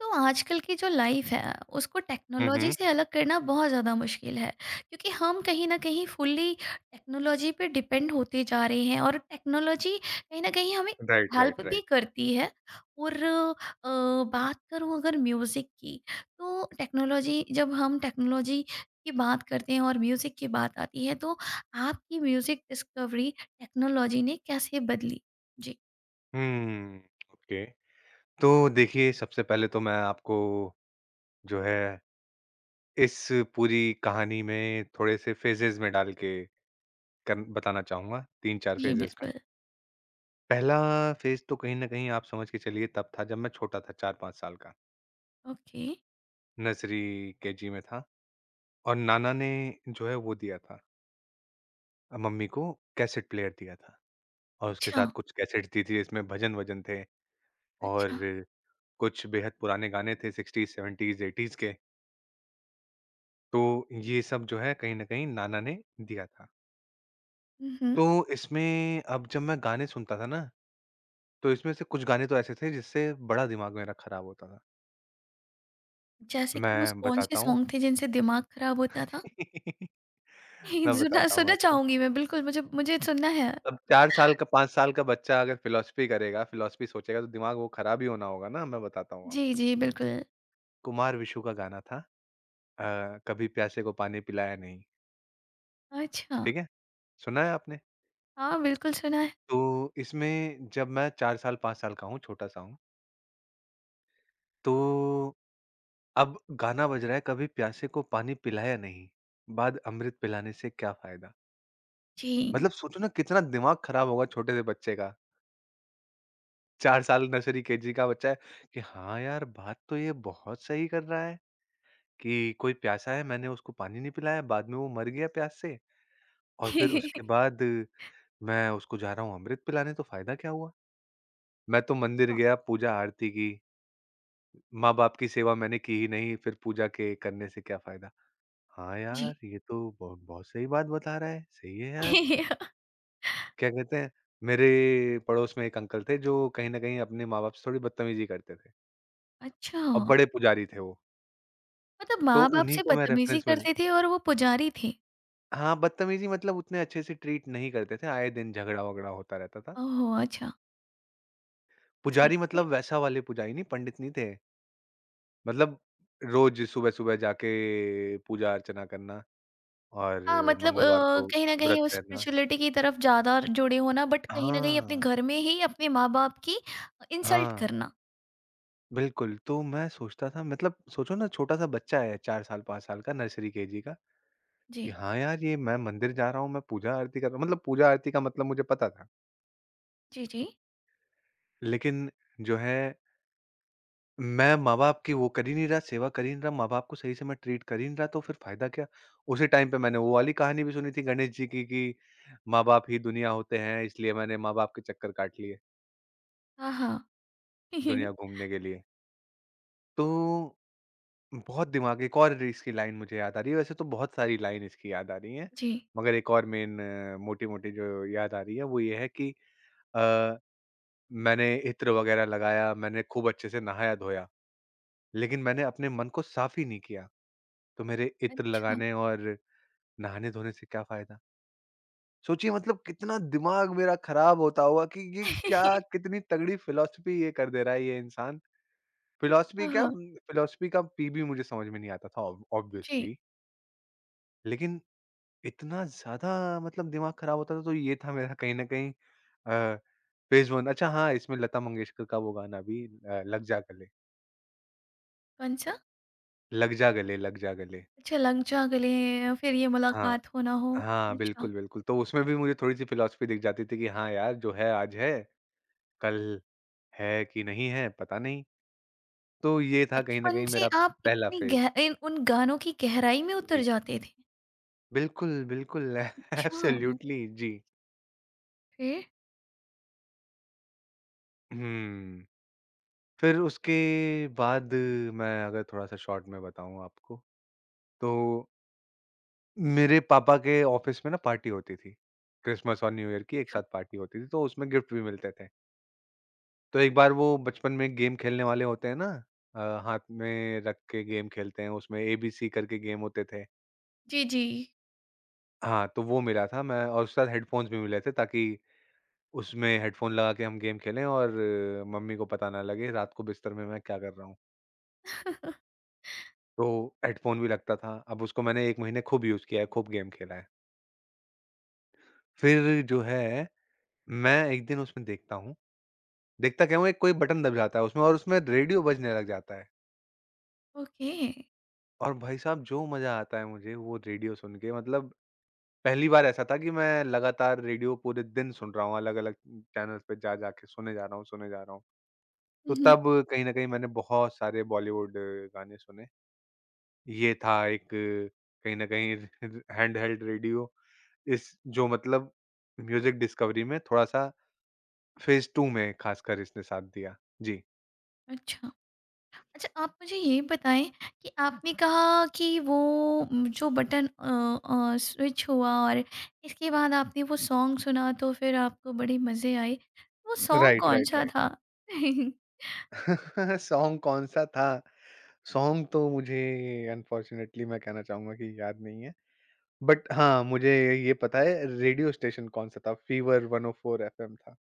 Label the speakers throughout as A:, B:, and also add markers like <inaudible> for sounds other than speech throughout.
A: तो आजकल की जो लाइफ है उसको
B: हुँ,
A: टेक्नोलॉजी
B: हुँ।
A: से अलग करना बहुत ज़्यादा मुश्किल है क्योंकि हम कहीं ना कहीं फुल्ली टेक्नोलॉजी पे डिपेंड होते जा रहे हैं और टेक्नोलॉजी कहीं ना कहीं हमें
B: राइट,
A: हेल्प
B: राइट,
A: भी
B: राइट।
A: करती है। और बात करूँ अगर म्यूज़िक की, तो टेक्नोलॉजी जब हम टेक्नोलॉजी की बात करते हैं और म्यूज़िक की बात आती है, तो आपकी म्यूज़िक डिस्कवरी टेक्नोलॉजी ने कैसे बदली? जी।
B: Hmm, okay. तो देखिए, सबसे पहले तो मैं आपको जो है इस पूरी कहानी में थोड़े-से फ़ेज़ेज़ में डाल के कन बताना चाहूँगा, 3-4
A: जी,
B: फ़ेज़ेज़ में।
A: बिल्कुल।
B: पहला फ़ेज़ तो कहीं न कहीं आप समझ के चलिए तब था जब मैं छोटा था 4-5 साल का,
A: ओके।
B: नर्सरी केजी में था और नाना ने जो है वो दिया था मम्मी को कैसेट प्लेयर दिया था और उसके
A: अच्छा।
B: साथ कुछ कैसेट्स दी थी, इसमें भजन-वजन थे और
A: अच्छा।
B: कुछ बेहद पुराने गाने थे 60s, 70s, 80s के। तो ये सब जो है कहीं न कहीं नाना ने दिया था।
A: हम्म।
B: तो इसमें अब जब मैं गाने सुनता था ना, तो इसमें से कुछ गाने तो ऐसे थे जिससे बड़ा दिमाग मेरा खराब होता था।
A: जैसे कि वो
B: मैं
A: कौन से
B: बताता हूँ
A: सॉन्ग थे जिनसे दिमाग खराब होता था?
B: <laughs> मैं
A: <laughs> सुना
B: बताता हूँ
A: सुनना
B: आपको।
A: चाहूँगी मैं, बिल्कुल, मुझे मुझे सुनना है।
B: अब 4 साल का 5 साल का बच्चा अगर फ़िलॉसफ़ी करेगा, फ़िलॉसफ़ी सोचेगा तो दिमाग वो खराब ही होना होगा ना, मैं बताता हूँ आपको।
A: जी, जी, बिल्कुल।
B: कुमार विशु का गाना था कभी प्यासे को पानी पिलाया नहीं,
A: अच्छा,
B: ठीक है? सुना है आपने?
A: हाँ, बिल्कुल सुना है।
B: तो इसमें जब मैं 4 साल 5 साल का हूँ, छोटा-सा हूँ, तो अब गाना बज रहा है कभी प्यासे को पानी पिलाया नहीं, बाद अमृत पिलाने से क्या फ़ायदा?
A: जी।
B: मतलब सोचो ना कितना दिमाग ख़राब होगा छोटे से बच्चे का, 4 साल नर्सरी केजी का बच्चा है कि हाँ यार, बात तो ये बहुत सही कर रहा है कि कोई प्यासा है मैंने उसको पानी नहीं पिलाया, बाद में वो मर गया प्यास से और फिर उसके
A: <laughs>
B: बाद मैं उसको जा रहा हूँ अमृत पिलाने तो फ़ायदा क्या हुआ? मैं तो मंदिर
A: हाँ,
B: गया, पूजा आरती की, माँ-बाप की सेवा मैंने की ही नहीं, फिर पूजा के करने से क्या फ़ायदा? हाँ यार,
A: जी।
B: ये तो बहुत बहुत सही बात बता रहा है, सही है यार।
A: <laughs>
B: क्या कहते हैं, मेरे पड़ोस में एक अंकल थे जो कहीं न कहीं अपने माँ-बाप से थोड़ी बदतमीज़ी करते थे
A: अच्छा,
B: और बड़े पुजारी थे वो,
A: मतलब
B: तो
A: माँ-बाप
B: उन्हीं
A: से
B: को मैं
A: बदतमीज़ी
B: रेफ़रेंस में
A: करते थे और वो पुजारी थे।
B: हाँ, बदतमीज़ी मतलब उतने अच्छे से ट्रीट नहीं करते थे, आए दिन झगड़ा-वगड़ा होता रहता था।
A: ओह! अच्छा, जी,
B: पुजारी
A: फिर?
B: मतलब वैसा वाले पुजारी नहीं, पंडित नहीं थे, मतलब रोज़ सुबह-सुबह जाके पूजा-अर्चना करना और
A: हाँ, मतलब
B: मंगलवार को
A: कहीं न कहीं
B: व्रत
A: वो
B: रहना।
A: स्पिरिचुअलिटी की तरफ ज़्यादा जुड़े होना, बट कहीं न कहीं अपने
B: हाँ,
A: घर में ही अपने माँ-बाप की इंसल्ट
B: हाँ।
A: करना।
B: बिल्कुल, तो मैं सोचता था मतलब सोचो ना छोटा-सा बच्चा है 4 साल, 5 साल का नर्सरी केजी का,
A: जी,
B: कि हाँ यार ये मैं मंदिर जा रहा हूँ, मैं पूजा आरती कर रहा हूँ मतलब पूजा आरती का मतलब मुझे पता था।
A: जी, जी।
B: लेकिन जो है मैं माँ-बाप की वो कर ही नहीं रहा, सेवा कर ही नहीं रहा, माँ-बाप को सही से मैं ट्रीट कर ही नहीं रहा तो फिर फ़ायदा क्या? उसी टाइम पे मैंने वो वाली कहानी भी सुनी थी गणेश जी की कि माँ-बाप ही दुनिया होते हैं इसलिए मैंने माँ-बाप के चक्कर काट लिए
A: हाँ, हाँ।
B: दुनिया
A: <laughs>
B: घूमने के लिए। तो बहुत दिमाग एक और इसकी लाइन मुझे याद आ रही है, वैसे तो बहुत सारी लाइन इसकी याद आ रही हैं,
A: जी,
B: मगर एक और मेन मोटी-मोटी जो याद आ रही है, वो ये है कि अ, मैंने इत्र वगैरह लगाया, मैंने खूब अच्छे से नहाया-धोया, लेकिन मैंने अपने मन को साफ़ ही नहीं किया, तो मेरे इत्र
A: अच्छा।
B: लगाने और नहाने-धोने से क्या फ़ायदा? सोचिए मतलब कितना दिमाग मेरा खराब होता होगा कि ये क्या
A: <laughs>
B: कितनी तगड़ी फ़िलॉसफ़ी ये कर दे रहा है ये इंसान।
A: हाँ,
B: फ़िलॉसफ़ी क्या
A: हाँ,
B: फ़िलॉसफ़ी का पी भी मुझे समझ में नहीं आता था ऑब
A: जी,
B: ऑब्वियसली, लेकिन इतना ज़्यादा मतलब दिमाग खराब होता था तो ये था मेरा कहीं न कहीं अ, फेज़ 1। अच्छा हाँ, इसमें लता मंगेशकर का वो गाना भी लग जा गले
A: कौन-सा?
B: लग जा गले लग जा गले।
A: अच्छा, लग जा गले, फिर ये
B: हाँ,
A: मुलाकात हो ना हो।
B: हाँ,
A: अच्छा,
B: बिल्कुल, बिल्कुल। तो उसमें भी मुझे थोड़ी-सी फिलॉसफी दिख जाती थी कि हाँ यार, जो है आज है, कल है कि नहीं है पता नहीं। तो ये था कहीं न
A: बचपन
B: कहीं
A: से
B: मेरा
A: आप
B: पहला
A: इतनी
B: फेज़।
A: गह इन उन गानों की गहराई में उतर
B: जी।
A: जाते थे?
B: बिल्कुल, बिल्कुल <laughs>
A: अच्छा,
B: एब्सोल्यूटली जी।
A: फिर? अच्छा,
B: हुँ, फिर उसके बाद मैं अगर थोड़ा-सा शॉर्ट में बताऊँ आपको तो मेरे पापा के ऑफिस में ना पार्टी होती थी, क्रिसमस और न्यू ईयर की एक साथ पार्टी होती थी, तो उसमें गिफ्ट भी मिलते थे। तो एक बार वो बचपन में गेम खेलने वाले होते हैं ना अ, हाथ में रख के गेम खेलते हैं, उसमें एबीसी करके गेम होते थे।
A: जी, जी।
B: हाँ, तो वो मिला था मैं और उसके साथ हेडफ़ोन्स भी मिले थे ताकि उसमें हेडफ़ोन लगा के हम गेम खेलें और मम्मी को पता ना लगे रात को बिस्तर में मैं क्या कर रहा हूँ।
A: <laughs>
B: तो हेडफ़ोन भी लगता था, अब उसको मैंने 1 महीने खूब यूज़ किया है, खूब गेम खेला है। फिर जो है, मैं एक दिन उसमें देखता हूँ देखता क्या हूँ एक कोई बटन दब जाता है उसमें और उसमें रेडियो बजने लग जाता है।
A: ओके।
B: और भाई साहब जो मज़ा आता है मुझे वो रेडियो सुन के मतलब पहली बार ऐसा था कि मैं लगातार रेडियो पूरे दिन सुन रहा हूँ, अलग-अलग चैनल्स पे जा-जा के सुने जा रहा हूँ सुने जा रहा हूँ।
A: हुँ,
B: तो
A: हुँ।
B: तब कहीं न कहीं मैंने बहुत सारे बॉलीवुड गाने सुने। ये था एक कहीं न कहीं <laughs> हैंडहेल्ड रेडियो इस जो मतलब म्यूज़िक डिस्कवरी में थोड़ा-सा फेज़ 2 में खासकर इसने साथ दिया। जी।
A: अच्छा। अच्छा, आप मुझे ये बताएँ कि आपने कहा कि वो जो बटन स्विच हुआ और इसके बाद आपने वो सॉन्ग सुना, तो फिर आपको बड़े मज़े आए। वो सॉन्ग
B: राइट, राइट,
A: कौन-सा
B: राइट।
A: था? <laughs>
B: <laughs> सॉन्ग कौन-सा था? सॉन्ग तो मुझे अनफॉर्च्यूनेटली मैं कहना चाहूँगा कि याद नहीं है। बट हाँ, मुझे ये पता है रेडियो स्टेशन कौन-सा था, फीवर 104 एफएम था।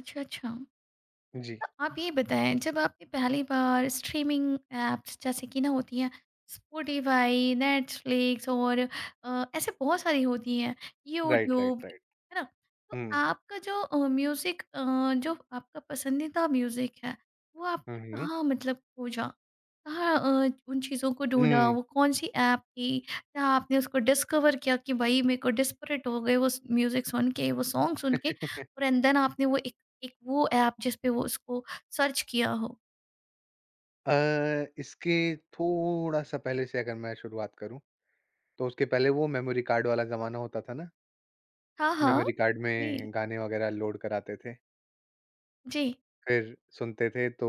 A: अच्छा, अच्छा।
B: जी।
A: तो आप ये बताएं, जब आपने पहली बार स्ट्रीमिंग ऐप्स जैसे कि ना होती हैं, स्पॉटिफाई, नेटफ्लिक्स और ऐसे बहुत सारी होती हैं,
B: राइट,
A: यूट्यूब,
B: राइट, राइट।
A: है ना? तो
B: हुँ।
A: आपका जो म्यूज़िक, जो आपका पसंदीदा म्यूज़िक है, वो
B: हुँ,
A: आपने
B: हुँ।
A: कहाँ मतलब खोजा, कहाँ उन चीज़ों को ढूंढा,
B: हुँ।
A: वो कौन सी ऐप थी? क्या आपने उसको डिस्कवर किया कि भाई मेरे को डिस्परेट हो गए वो म्यूज़िक सुन के, वो सॉन्ग सुन के,
B: <laughs>
A: और एंड देन आपने वो एक वो ऐप जिस पे वो उसको सर्च किया हो।
B: इसके थोड़ा-सा पहले से अगर मैं शुरुआत करूँ, तो उसके पहले वो मेमोरी कार्ड वाला ज़माना होता था ना,
A: हाँ, हाँ।
B: मेमोरी कार्ड
A: जी,
B: में गाने वगैरह लोड कराते थे।
A: जी।
B: फिर सुनते थे तो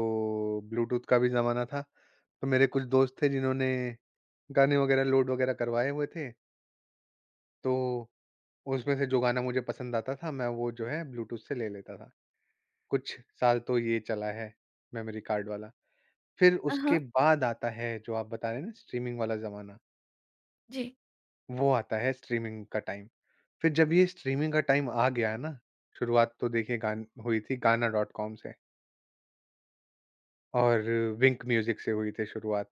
B: ब्लूटूथ का भी ज़माना था। तो मेरे कुछ दोस्त थे जिन्होंने गाने वग़ैरह लोड वग़ैरह करवाए हुए थे, तो उसमें से जो गाना मुझे पसंद आता था मैं वो जो है ब्लूटूथ से ले लेता था। कुछ साल तो ये चला है मेमोरी कार्ड वाला। फिर
A: हाँ,
B: उसके
A: हाँ।
B: बाद आता है जो आप बता रहे हैं ना स्ट्रीमिंग वाला ज़माना,
A: जी।
B: वो आता है स्ट्रीमिंग का टाइम। फिर जब ये स्ट्रीमिंग का टाइम आ गया ना, शुरुआत तो देखिए गान हुई थी गाना डॉट कॉम से और विंक म्यूज़िक से हुई थी शुरुआत।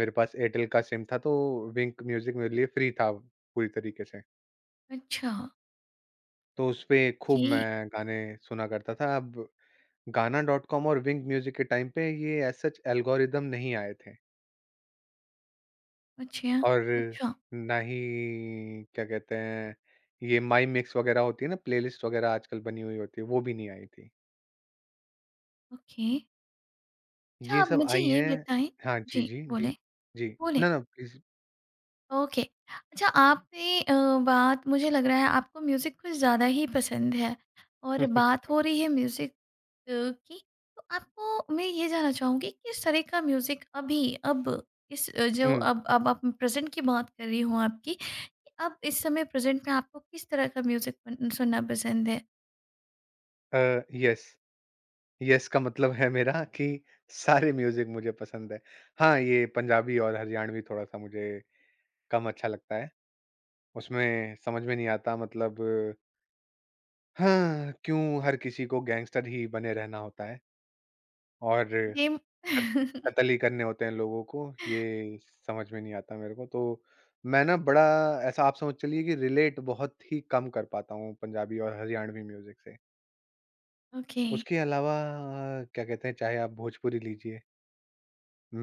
B: मेरे पास एयरटेल का सिम था तो विंक म्यूजिक मेरे लिए फ्री था पूरी तरीके से।
A: अच्छा,
B: तो उसपे खूब
A: ओके।
B: मैं गाने सुना करता था। अब गाना डॉट कॉम और विंक म्यूजिक के टाइम पे ये एज़ सच एल्गोरिदम नहीं आए थे
A: अच्छा,
B: और
A: अच्छा,
B: ना ही क्या कहते हैं ये माई मिक्स वगैरह होती है ना प्लेलिस्ट वगैरह आजकल बनी हुई होती है, वो भी नहीं आई थी।
A: ओके। अच्छा,
B: ये
A: आप
B: सब
A: मुझे
B: आई
A: ये
B: हैं
A: बताएँ।
B: हाँ जी,
A: जी,
B: जी,
A: बोलें,
B: जी। जी,
A: बोलें?
B: ना, ना प्लीज़।
A: ओके। अच्छा, आपने बात, मुझे लग रहा है आपको म्यूज़िक कुछ ज़्यादा ही पसंद है, और
B: हुँ, हुँ,
A: बात हो रही है म्यूज़िक की, तो आपको मैं ये जानना चाहूँगी, किस तरह का म्यूज़िक अभी अब इस जो
B: हुँ, हुँ।
A: अब आप प्रेज़ेंट की बात कर रही हूँ आपकी, अब इस समय प्रेजेंट में आपको किस तरह का म्यूजिक सुनना पसंद है?
B: येस। <laughs> यस का मतलब है मेरा कि सारे म्यूजिक मुझे पसंद है। हाँ, ये पंजाबी और हरियाणवी थोड़ा-सा मुझे कम अच्छा लगता है। उसमें समझ में नहीं आता मतलब हाँ, क्यों हर किसी को गैंगस्टर ही बने रहना होता है और
A: सेम।
B: कत
A: <laughs>
B: कत्ल ही करने होते हैं लोगों को, ये समझ में नहीं आता मेरे को। तो मैं ना बड़ा ऐसा आप समझ चलिए कि रिलेट बहुत ही कम कर पाता हूँ पंजाबी और हरियाणवी म्यूजिक से।
A: ओके।
B: उसके अलावा क्या कहते हैं, चाहे आप भोजपुरी लीजिए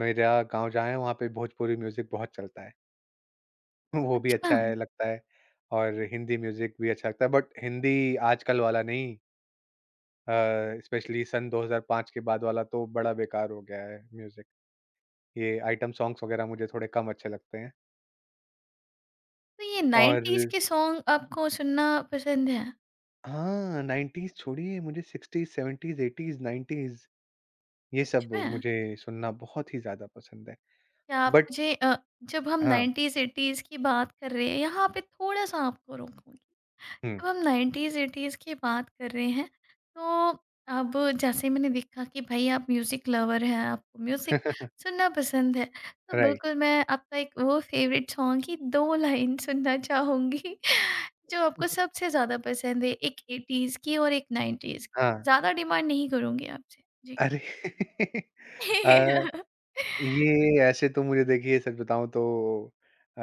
B: मेरा गाँव जहाँ है वहाँ पे भोजपुरी म्यूज़िक बहुत चलता है। <laughs> वो भी
A: अच्छा,
B: अच्छा है लगता है और हिंदी म्यूज़िक भी अच्छा लगता है बट हिंदी आजकल वाला नहीं स्पेशली सन 2005 के बाद वाला तो बड़ा बेकार हो गया है म्यूज़िक। ये आइटम सॉन्ग्स वग़ैरह मुझे थोड़े कम अच्छे लगते हैं
A: तो ये 90s
B: और
A: के सॉन्ग आपको सुनना पसंद है?
B: हाँ, 90s छोड़िए मुझे 60s, 70s, 80s, 90s ये
A: सच
B: सब
A: में?
B: मुझे सुनना बहुत ही ज़्यादा पसंद है।
A: क्या आप
B: बट
A: मुझे जब हम
B: हाँ,
A: 90s 80s की बात कर रहे हैं, यहाँ पे थोड़ा सा आपको रोकूं।
B: हुँ,
A: अब हम 90s-80s की बात कर रहे हैं, तो अब जैसे मैंने देखा कि भाई आप म्यूज़िक लवर हैं, आपको म्यूज़िक
B: <laughs>
A: सुनना पसंद है, तो
B: राइट।
A: बिल्कुल मैं आपका एक वो फ़ेवरेट सॉन्ग की 2 लाइन सुनना चाहूँगी <laughs> जो आपको सबसे ज़्यादा पसंद है, एक 80s की और एक 90s की।
B: हाँ,
A: ज़्यादा डिमांड नहीं करूँगी आपसे। जी।
B: अरे! <laughs> अ
A: <laughs>
B: ये ऐसे तो मुझे देखिए सच बताऊँ तो uh,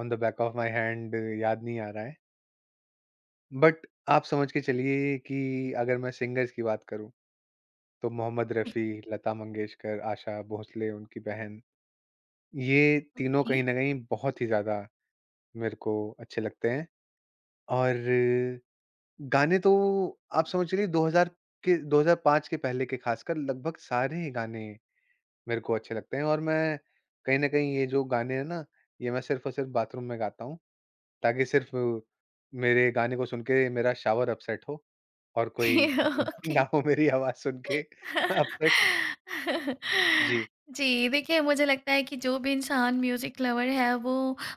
B: on the back of my hand याद नहीं आ रहा है। बट आप समझ के चलिए कि अगर मैं सिंगर्स की बात करूँ, तो मोहम्मद रफ़ी, लता मंगेशकर, आशा भोसले, उनकी बहन, ये तीनों कहीं
A: जी।
B: न कहीं बहुत ही ज़्यादा मेरे को अच्छे लगते हैं। और गाने तो आप समझ चलिए 2000 के 2005 के पहले के खासकर लगभग सारे ही गाने मेरे को अच्छे लगते हैं और मैं कहीं न कहीं ये जो गाने हैं ना, ये मैं सिर्फ़ और सिर्फ़ बाथरूम में गाता हूँ, ताकि सिर्फ़ मेरे गाने को सुन के मेरा शावर अपसेट हो और कोई <laughs>
A: ओके।
B: ना हो
A: <laughs>
B: मेरी आवाज़ सुन के <laughs> अपसेट।
A: <laughs>
B: जी।
A: जी, देखिए, मुझे लगता है कि जो भी इंसान म्यूज़िक लवर है, वो,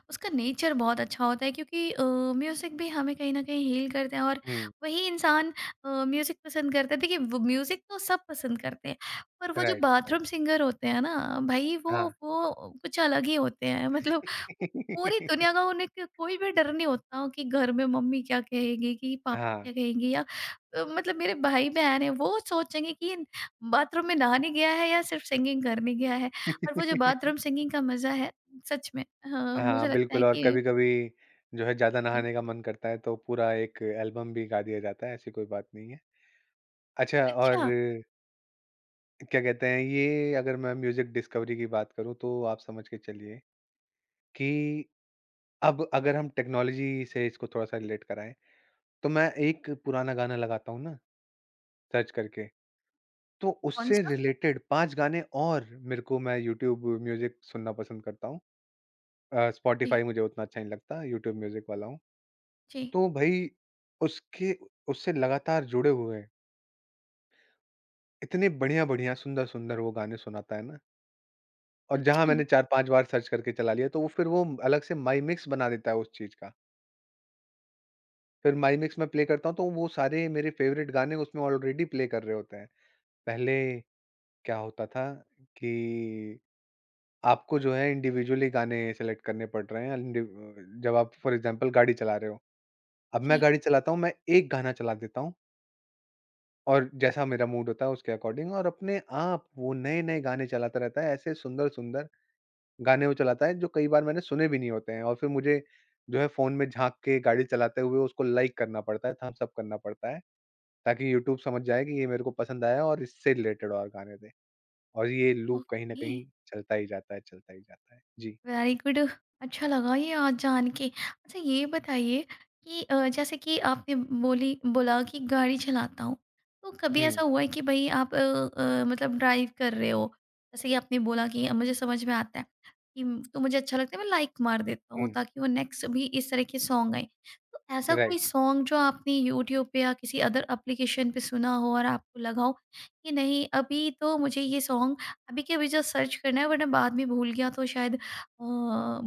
A: उसका नेचर बहुत अच्छा होता है, क्योंकि म्यूज़िक भी हमें कहीं न कहीं हील करते हैं और
B: हुँ।
A: वही इंसान म्यूज़िक पसंद करता है। देखिए, वो म्यूज़िक तो सब पसंद करते हैं, पर वो जो
B: राइट, राइट।
A: बाथरूम सिंगर होते हैं ना, भई वो
B: हाँ।
A: वो कुछ अलग ही होते हैं। मतलब वो, पूरी दुनिया का
B: <laughs>
A: उन्हें क कोई भी डर नहीं होता कि घर में मम्मी क्या कहेगी, कि पापा
B: हाँ।
A: क्या कहेंगे, या मतलब मेरे भाई-बहन हैं वो सोचेंगे कि बाथरूम में नहाने गया है या सिर्फ़ सिंगिंग करने गया है। और वो जो बाथरूम
B: <laughs>
A: सिंगिंग का मज़ा है, सच में, हाँ, मुझे
B: हाँ,
A: लगता है
B: बिल्कुल और
A: कि
B: कभी-कभी जो है ज़्यादा
A: जी।
B: नहाने का मन करता है, तो पूरा एक एल्बम भी गा दिया जाता है, ऐसी कोई बात नहीं है। अच्छा और
A: अच्छा,
B: क्या कहते हैं ये अगर मैं म्यूजिक डिस्कवरी की बात करूं तो आप समझ के चलिए कि अब अगर हम टेक्नोलॉजी से इसको थोड़ा सा रिलेट कराएं तो मैं एक पुराना गाना लगाता हूँ ना सर्च करके तो उससे
A: कौन-सा?
B: रिलेटेड पांच गाने और मेरे को मैं यूट्यूब म्यूजिक सुनना पसंद करता हूँ
A: जी,
B: स्पॉटिफाई मुझे उतना अच्छा नहीं लगता यूट्यूब म्यूजिक वाला हूँ।
A: जी।
B: तो भाई उसके उससे लगातार जुड़े हुए इतने बढ़िया बढ़िया सुंदर सुंदर वो गाने सुनाता है ना और जहाँ
A: अच्छा,
B: मैंने 4-5 बार सर्च करके चला लिया, तो वो फिर वो अलग से माई मिक्स बना देता है उस चीज़ का। फिर माई मिक्स मैं प्ले करता हूँ, तो वो सारे मेरे फ़ेवरेट गाने उसमें ऑलरेडी प्ले कर रहे होते हैं। पहले क्या होता था कि आपको जो है इंडिविजुअली गाने सेलेक्ट करने पड़ रहे हैं जब आप फ़ॉर एग्ज़ाम्पल गाड़ी चला रहे हो। अब मैं
A: जी,
B: गाड़ी चलाता हूँ, मैं एक गाना चला देता हूँ और जैसा मेरा मूड होता है उसके अकॉर्डिंग और अपने आप वो नए-नए गाने चलाता रहता है, ऐसे सुंदर-सुंदर। गाने वो चलाता है जो कई बार मैंने सुने भी नहीं होते हैं और फिर मुझे जो है फ़ोन में झाँक के गाड़ी चलाते हुए उसको लाइक करना पड़ता है, थम्स अप करना पड़ता है, ताकि यूट्यूब समझ जाए कि ये मेरे को पसंद आया और इससे रिलेटेड और गाने दें। और ये लूप कहीं न
A: ओके।
B: कहीं चलता ही जाता है, चलता ही जाता है। जी।
A: वेरी गुड, अच्छा लगा ये आज जान के। अच्छा, ये बताइए कि जैसे कि आपने बोली बोला कि गाड़ी चलाता हूँ, तो कभी ऐसा
B: हुँ,
A: हुआ है कि भाई आप मतलब ड्राइव कर रहे हो, जैसे कि आपने बोला कि मुझे समझ में आता है कि तो मुझे अच्छा लगता है, मैं लाइक मार देता हूँ
B: हुँ,
A: ताकि वो नेक्स्ट भी इस तरह के सॉन्ग आए, तो ऐसा कोई
B: राइट।
A: सॉन्ग जो आपने यूट्यूब पे या किसी अदर एप्लीकेशन पे सुना हो और आपको लगा हो कि नहीं, अभी तो मुझे ये सॉन्ग अभी के अभी जो सर्च करना है, वरना बाद में भूल गया तो शायद अ,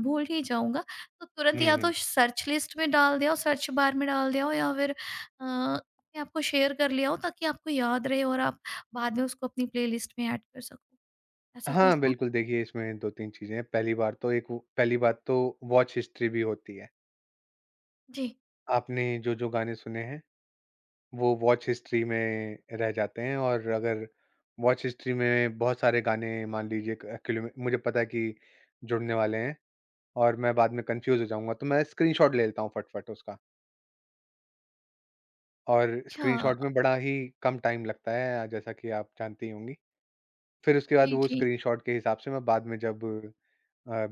A: भूल ही जाऊँगा, तो तुरंत
B: हुँ,
A: या तो
B: हुँ।
A: सर्च लिस्ट में डाल दिया हो, सर्च बार में डाल दिया हो, या फिर अपने आप को शेयर कर लिया हो ताकि आपको याद रहे और आप बाद में उसको अपनी प्लेलिस्ट में ऐड कर सको। ऐसा कोई
B: हाँ,
A: सॉन्ग?
B: बिल्कुल देखिए इसमें 2-3 चीज़ें हैं। पहली बार तो एक वो पहली बात तो वॉच हिस्ट्री भी होती है।
A: जी,
B: आपने जो-जो गाने सुने हैं वो वॉच हिस्ट्री में रह जाते हैं और अगर वॉच हिस्ट्री में बहुत सारे गाने मान लीजिए मुझे पता है कि जुड़ने वाले हैं और मैं बाद में कंफ्यूज हो जाऊंगा तो मैं स्क्रीनशॉट ले लेता हूँ फटफट उसका और स्क्रीनशॉट
A: अच्छा।
B: में बड़ा ही कम टाइम लगता है जैसा कि आप जानती होंगी। फिर उसके बाद
A: जी,
B: वो
A: जी।
B: स्क्रीनशॉट के हिसाब से मैं बाद में जब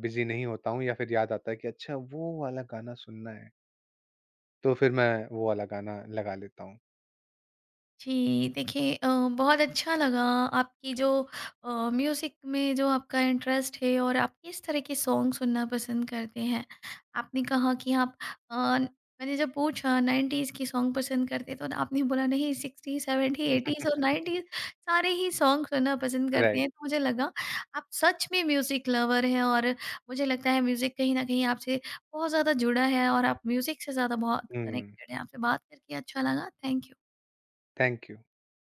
B: बिजी नहीं होता हूँ या फिर याद आता है कि अच्छा वो वाला गाना सुनना है तो फिर मैं वो वाला गाना लगा लेता हूँ।
A: जी, देखिए बहुत अच्छा लगा आपकी जो म्यूज़िक में जो आपका इंटरेस्ट है और आप किस तरह के सॉन्ग सुनना पसंद करते हैं। आपने कहा कि आप अ, मैंने जब पूछा 90s के सॉन्ग पसंद करते, तो आपने बोला नहीं, 60, 70, 80s और
B: <laughs>
A: 90s सारे ही सॉन्ग सुनना पसंद करते
B: राइट।
A: हैं। तो मुझे लगा आप सच में म्यूज़िक लवर हैं, और मुझे लगता है म्यूज़िक कहीं न कहीं आपसे बहुत ज़्यादा जुड़ा है और आप म्यूज़िक से ज़्यादा बहुत
B: हम्म।
A: कनेक्टेड हैं। आपसे बात करके अच्छा लगा। Thank you.
B: Thank you.